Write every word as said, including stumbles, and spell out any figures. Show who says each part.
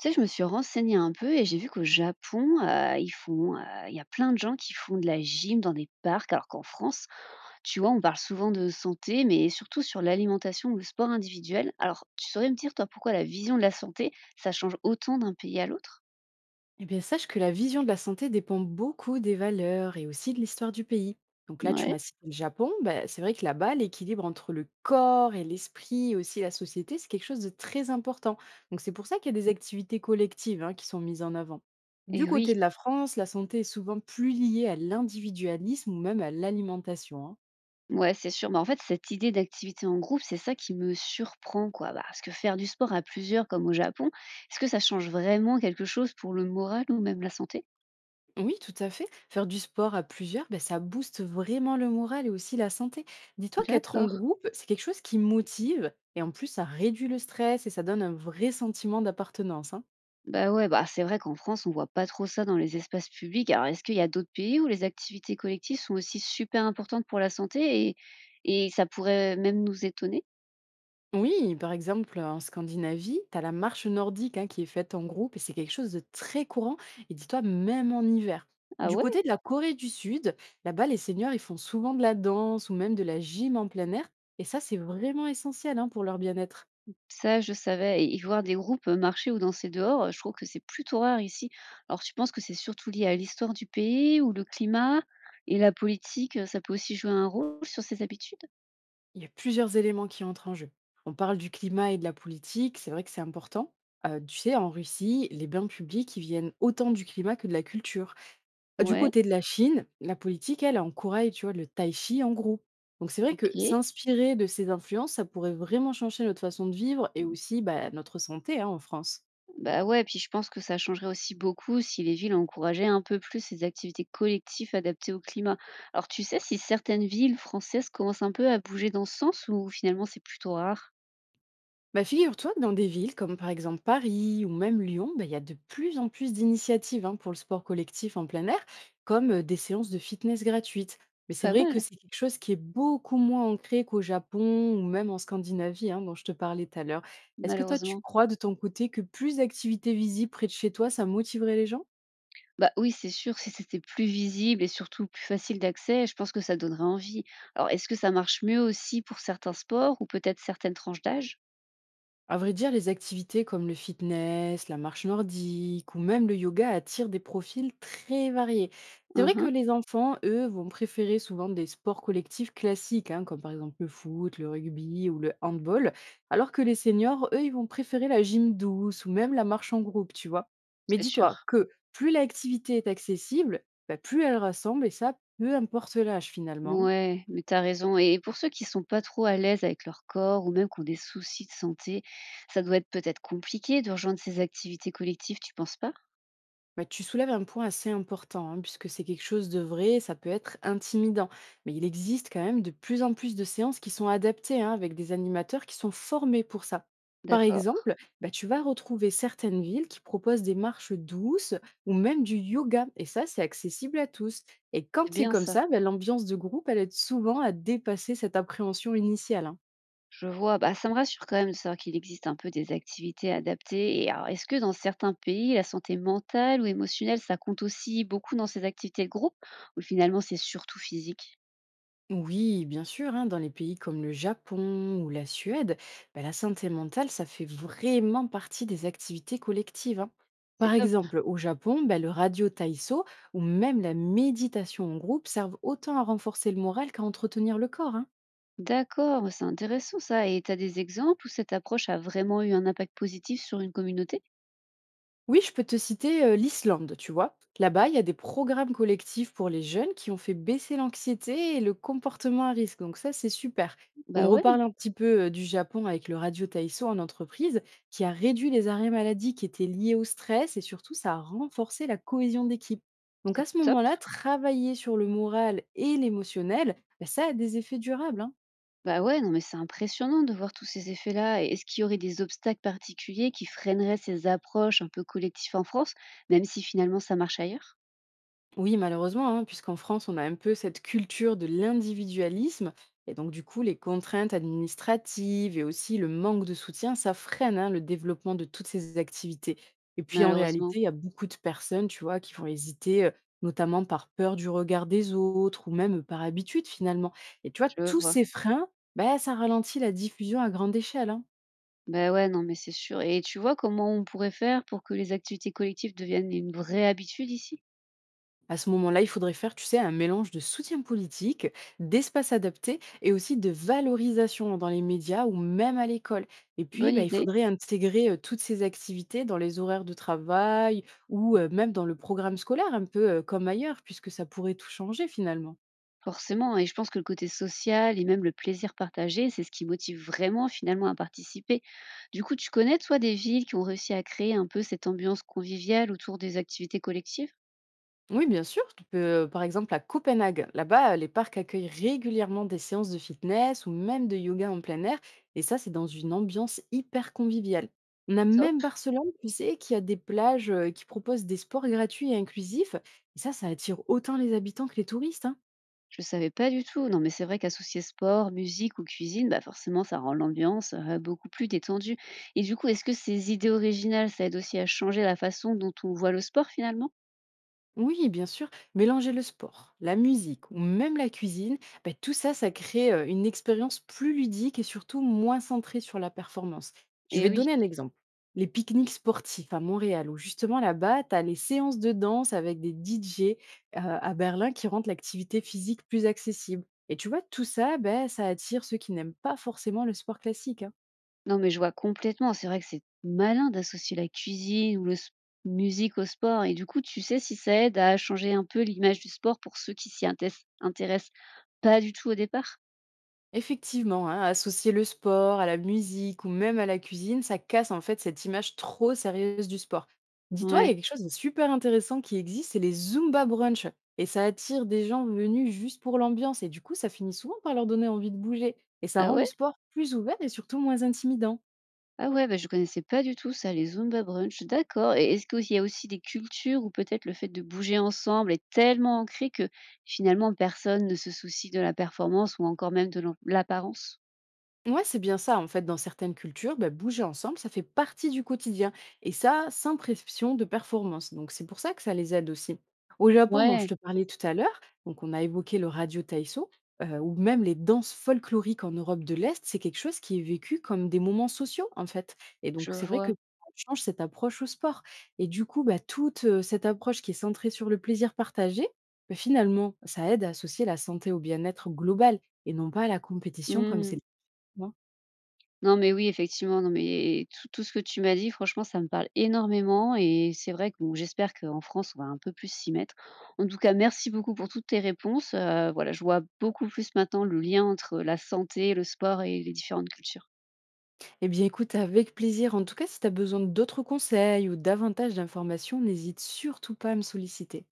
Speaker 1: Tu sais, je me suis renseignée un peu et j'ai vu qu'au Japon, heu, ils font, heu, il y a plein de gens qui font de la gym dans des parcs, alors qu'en France, tu vois, on parle souvent de santé, mais surtout sur l'alimentation ou le sport individuel. Alors, tu saurais me dire, toi, pourquoi la vision de la santé, ça change autant d'un pays à l'autre?
Speaker 2: Eh bien, sache que la vision de la santé dépend beaucoup des valeurs et aussi de l'histoire du pays. Donc là, tu
Speaker 1: Ouais.
Speaker 2: m'as cité le Japon. Bah, c'est vrai que là-bas, l'équilibre entre le corps et l'esprit et aussi la société, c'est quelque chose de très important. Donc c'est pour ça qu'il y a des activités collectives hein, qui sont mises en avant. Du
Speaker 1: Et oui,
Speaker 2: côté de la France, la santé est souvent plus liée à l'individualisme ou même à l'alimentation, hein.
Speaker 1: ouais, c'est sûr. Bah, en fait, cette idée d'activité en groupe, c'est ça qui me surprend, quoi. Bah, parce que faire du sport à plusieurs, comme au Japon, est-ce que ça change vraiment quelque chose pour le moral ou même la santé?
Speaker 2: Oui, tout à fait. Faire du sport à plusieurs, ben, ça booste vraiment le moral et aussi la santé. Dis-toi qu'être en
Speaker 1: D'accord.
Speaker 2: groupe, c'est quelque chose qui motive et en plus, ça réduit le stress et ça donne un vrai sentiment d'appartenance, hein.
Speaker 1: Bah, ouais, bah, c'est vrai qu'en France, on voit pas trop ça dans les espaces publics. Alors, est-ce qu'il y a d'autres pays où les activités collectives sont aussi super importantes pour la santé et, et ça pourrait même nous étonner?
Speaker 2: Oui, par exemple, en Scandinavie, tu as la marche nordique hein, qui est faite en groupe et c'est quelque chose de très courant. Et dis-toi, même en hiver.
Speaker 1: Ah
Speaker 2: Du
Speaker 1: ouais,
Speaker 2: côté de la Corée du Sud, là-bas, les seniors, ils font souvent de la danse ou même de la gym en plein air. Et ça, c'est vraiment essentiel hein, pour leur bien-être.
Speaker 1: ça, je savais. Et voir des groupes marcher ou danser dehors, euh, je trouve que c'est plutôt rare ici. Alors, tu penses que c'est surtout lié à l'histoire du pays ou le climat et la politique, euh, ça peut aussi jouer un rôle sur ces habitudes?
Speaker 2: Il y a plusieurs éléments qui entrent en jeu. On parle du climat et de la politique, c'est vrai que c'est important. Euh, tu sais, en Russie, les bains publics, ils viennent autant du climat que de la culture. Du
Speaker 1: Ouais,
Speaker 2: côté de la Chine, la politique, elle, encourage, tu vois, le tai chi en groupe. Donc c'est vrai que
Speaker 1: ok.
Speaker 2: s'inspirer de ces influences, ça pourrait vraiment changer notre façon de vivre et aussi bah, notre santé hein, en France.
Speaker 1: Bah, ouais, puis je pense que ça changerait aussi beaucoup si les villes encourageaient un peu plus ces activités collectives adaptées au climat. Alors, tu sais si certaines villes françaises commencent un peu à bouger dans ce sens ou finalement c'est plutôt rare?
Speaker 2: Bah, figure-toi que dans des villes comme par exemple Paris ou même Lyon, bah, il y a de plus en plus d'initiatives hein, pour le sport collectif en plein air, comme euh, des séances de fitness gratuites. Mais c'est
Speaker 1: Pas
Speaker 2: vrai que
Speaker 1: mal,
Speaker 2: c'est quelque chose qui est beaucoup moins ancré qu'au Japon ou même en Scandinavie, hein, dont je te parlais tout à l'heure. Est-ce que toi, tu
Speaker 1: malheureusement.
Speaker 2: crois de ton côté que plus d'activités visibles près de chez toi, ça motiverait les gens?
Speaker 1: Bah oui, c'est sûr, si c'était plus visible et surtout plus facile d'accès, je pense que ça donnerait envie. Alors, est-ce que ça marche mieux aussi pour certains sports ou peut-être certaines tranches d'âge?
Speaker 2: À vrai dire, les activités comme le fitness, la marche nordique ou même le yoga attirent des profils très variés. C'est vrai que
Speaker 1: Mhm,
Speaker 2: les enfants, eux, vont préférer souvent des sports collectifs classiques, hein, comme par exemple le foot, le rugby ou le handball, alors que les seniors, eux, ils vont préférer la gym douce ou même la marche en groupe, tu vois. Mais
Speaker 1: c'est
Speaker 2: dis-toi
Speaker 1: sûr.
Speaker 2: que plus l'activité est accessible, bah, plus elle rassemble, et ça, peu importe l'âge finalement.
Speaker 1: Ouais, mais t'as raison et pour ceux qui sont pas trop à l'aise avec leur corps ou même qui ont des soucis de santé, ça doit être peut-être compliqué de rejoindre ces activités collectives, tu penses pas?
Speaker 2: Bah, tu soulèves un point assez important, hein, puisque c'est quelque chose de vrai, ça peut être intimidant. Mais il existe quand même de plus en plus de séances qui sont adaptées, hein, avec des animateurs qui sont formés pour ça. Par
Speaker 1: D'accord,
Speaker 2: exemple, bah, tu vas retrouver certaines villes qui proposent des marches douces ou même du yoga. Et ça, c'est accessible à tous. Et
Speaker 1: c'est
Speaker 2: quand c'est
Speaker 1: bien
Speaker 2: comme
Speaker 1: ça.
Speaker 2: ça, bah, l'ambiance de groupe, elle aide souvent à dépasser cette appréhension initiale, hein.
Speaker 1: Je vois, bah, ça me rassure quand même de savoir qu'il existe un peu des activités adaptées et alors est-ce que dans certains pays, la santé mentale ou émotionnelle, ça compte aussi beaucoup dans ces activités de groupe ou finalement c'est surtout physique?
Speaker 2: Oui, bien sûr, hein, dans les pays comme le Japon ou la Suède, bah, la santé mentale, ça fait vraiment partie des activités collectives, hein.
Speaker 1: C'est
Speaker 2: Par
Speaker 1: top.
Speaker 2: exemple, au Japon, bah, le radio taïso ou même la méditation en groupe servent autant à renforcer le moral qu'à entretenir le corps, hein.
Speaker 1: D'accord, c'est intéressant ça et t'as des exemples où cette approche a vraiment eu un impact positif sur une communauté?
Speaker 2: Oui, je peux te citer euh, l'Islande, tu vois. Là-bas, il y a des programmes collectifs pour les jeunes qui ont fait baisser l'anxiété et le comportement à risque. Donc ça, c'est super.
Speaker 1: Bah,
Speaker 2: On
Speaker 1: ouais,
Speaker 2: reparle un petit peu euh, du Japon avec le Radio Taiso en entreprise, qui a réduit les arrêts maladie qui étaient liés au stress et surtout, ça a renforcé la cohésion d'équipe. Donc à
Speaker 1: c'est
Speaker 2: ce
Speaker 1: top.
Speaker 2: moment-là, travailler sur le moral et l'émotionnel, ben, ça a des effets durables, hein.
Speaker 1: Bah ouais, non, mais c'est impressionnant de voir tous ces effets-là. Et est-ce qu'il y aurait des obstacles particuliers qui freineraient ces approches un peu collectives en France, même si finalement ça marche ailleurs?
Speaker 2: Oui, malheureusement, hein, puisqu'en France, on a un peu cette culture de l'individualisme. Et donc, du coup, les contraintes administratives et aussi le manque de soutien, ça freine hein, le développement de toutes ces activités. Et puis, en
Speaker 1: Malheureusement,
Speaker 2: réalité, il y a beaucoup de personnes, tu vois, qui vont hésiter, euh, notamment par peur du regard des autres ou même par habitude, finalement. Et tu vois,
Speaker 1: je
Speaker 2: tous
Speaker 1: vois.
Speaker 2: ces freins, bah, ça ralentit la diffusion à grande échelle, hein.
Speaker 1: Bah ouais, non, mais c'est sûr. Et tu vois comment on pourrait faire pour que les activités collectives deviennent une vraie habitude ici?
Speaker 2: À ce moment-là, il faudrait faire, tu sais, un mélange de soutien politique, d'espace adapté et aussi de valorisation dans les médias ou même à l'école. Et puis,
Speaker 1: Bonne
Speaker 2: bah, il
Speaker 1: idée,
Speaker 2: faudrait intégrer euh, toutes ces activités dans les horaires de travail ou euh, même dans le programme scolaire, un peu euh, comme ailleurs, puisque ça pourrait tout changer finalement.
Speaker 1: forcément. Et je pense que le côté social et même le plaisir partagé, c'est ce qui motive vraiment finalement à participer. Du coup, tu connais, toi, des villes qui ont réussi à créer un peu cette ambiance conviviale autour des activités collectives?
Speaker 2: Oui, bien sûr. Tu peux, euh, par exemple, à Copenhague. Là-bas, euh, les parcs accueillent régulièrement des séances de fitness ou même de yoga en plein air. Et ça, c'est dans une ambiance hyper conviviale. On a
Speaker 1: Top.
Speaker 2: même Barcelone, tu sais, qui a des plages euh, qui proposent des sports gratuits et inclusifs. Et ça, ça attire autant les habitants que les touristes, hein.
Speaker 1: Je savais pas du tout. Non, mais c'est vrai qu'associer sport, musique ou cuisine, bah forcément, ça rend l'ambiance euh, beaucoup plus détendue. Et du coup, est-ce que ces idées originales, ça aide aussi à changer la façon dont on voit le sport finalement?
Speaker 2: Oui, bien sûr, mélanger le sport, la musique ou même la cuisine, ben, tout ça, ça crée euh, une expérience plus ludique et surtout moins centrée sur la performance. Je
Speaker 1: Eh
Speaker 2: vais te
Speaker 1: oui.
Speaker 2: donner un exemple. Les pique-niques sportifs à Montréal, où justement là-bas, tu as les séances de danse avec des D J euh, à Berlin qui rendent l'activité physique plus accessible. Et tu vois, tout ça, ben, ça attire ceux qui n'aiment pas forcément le sport classique, hein.
Speaker 1: Non, mais je vois complètement. C'est vrai que c'est malin d'associer la cuisine ou la musique au sport. Et du coup, tu sais si ça aide à changer un peu l'image du sport pour ceux qui s'y intés- intéressent pas du tout au départ?
Speaker 2: Effectivement, hein, associer le sport à la musique ou même à la cuisine, ça casse en fait cette image trop sérieuse du sport. Dis-toi, il y
Speaker 1: Ouais.
Speaker 2: a quelque chose de super intéressant qui existe, c'est les Zumba Brunch. Et ça attire des gens venus juste pour l'ambiance. Et du coup, ça finit souvent par leur donner envie de bouger. Et ça
Speaker 1: Ah
Speaker 2: rend le
Speaker 1: ouais.
Speaker 2: sport plus ouvert et surtout moins intimidant.
Speaker 1: Ah ouais, bah, je connaissais pas du tout ça, les Zumba brunch, d'accord. Et est-ce qu'il y a aussi des cultures où peut-être le fait de bouger ensemble est tellement ancré que finalement personne ne se soucie de la performance ou encore même de l'en- l'apparence?
Speaker 2: Ouais, c'est bien ça. En fait, dans certaines cultures, bah, bouger ensemble, ça fait partie du quotidien. Et ça, sans pression de performance. Donc, c'est pour ça que ça les aide aussi. Au Japon, dont je
Speaker 1: Ouais,
Speaker 2: te parlais tout à l'heure, donc on a évoqué le radio taïso, euh, ou même les danses folkloriques en Europe de l'Est, c'est quelque chose qui est vécu comme des moments sociaux, en fait. Et
Speaker 1: je
Speaker 2: donc, c'est vrai que
Speaker 1: vois.
Speaker 2: on change cette approche au sport. Et du coup, bah, toute euh, cette approche qui est centrée sur le plaisir partagé, bah, finalement, ça aide à associer la santé au bien-être global et non pas à la compétition comme c'est
Speaker 1: Hmm.
Speaker 2: le cas, hein.
Speaker 1: Non, mais oui, effectivement, non, mais tout, tout ce que tu m'as dit, franchement, ça me parle énormément. Et c'est vrai que bon, j'espère qu'en France, on va un peu plus s'y mettre. En tout cas, merci beaucoup pour toutes tes réponses. Euh, voilà, je vois beaucoup plus maintenant le lien entre la santé, le sport et les différentes cultures.
Speaker 2: Eh bien, écoute, avec plaisir. En tout cas, si tu as besoin d'autres conseils ou davantage d'informations, n'hésite surtout pas à me solliciter.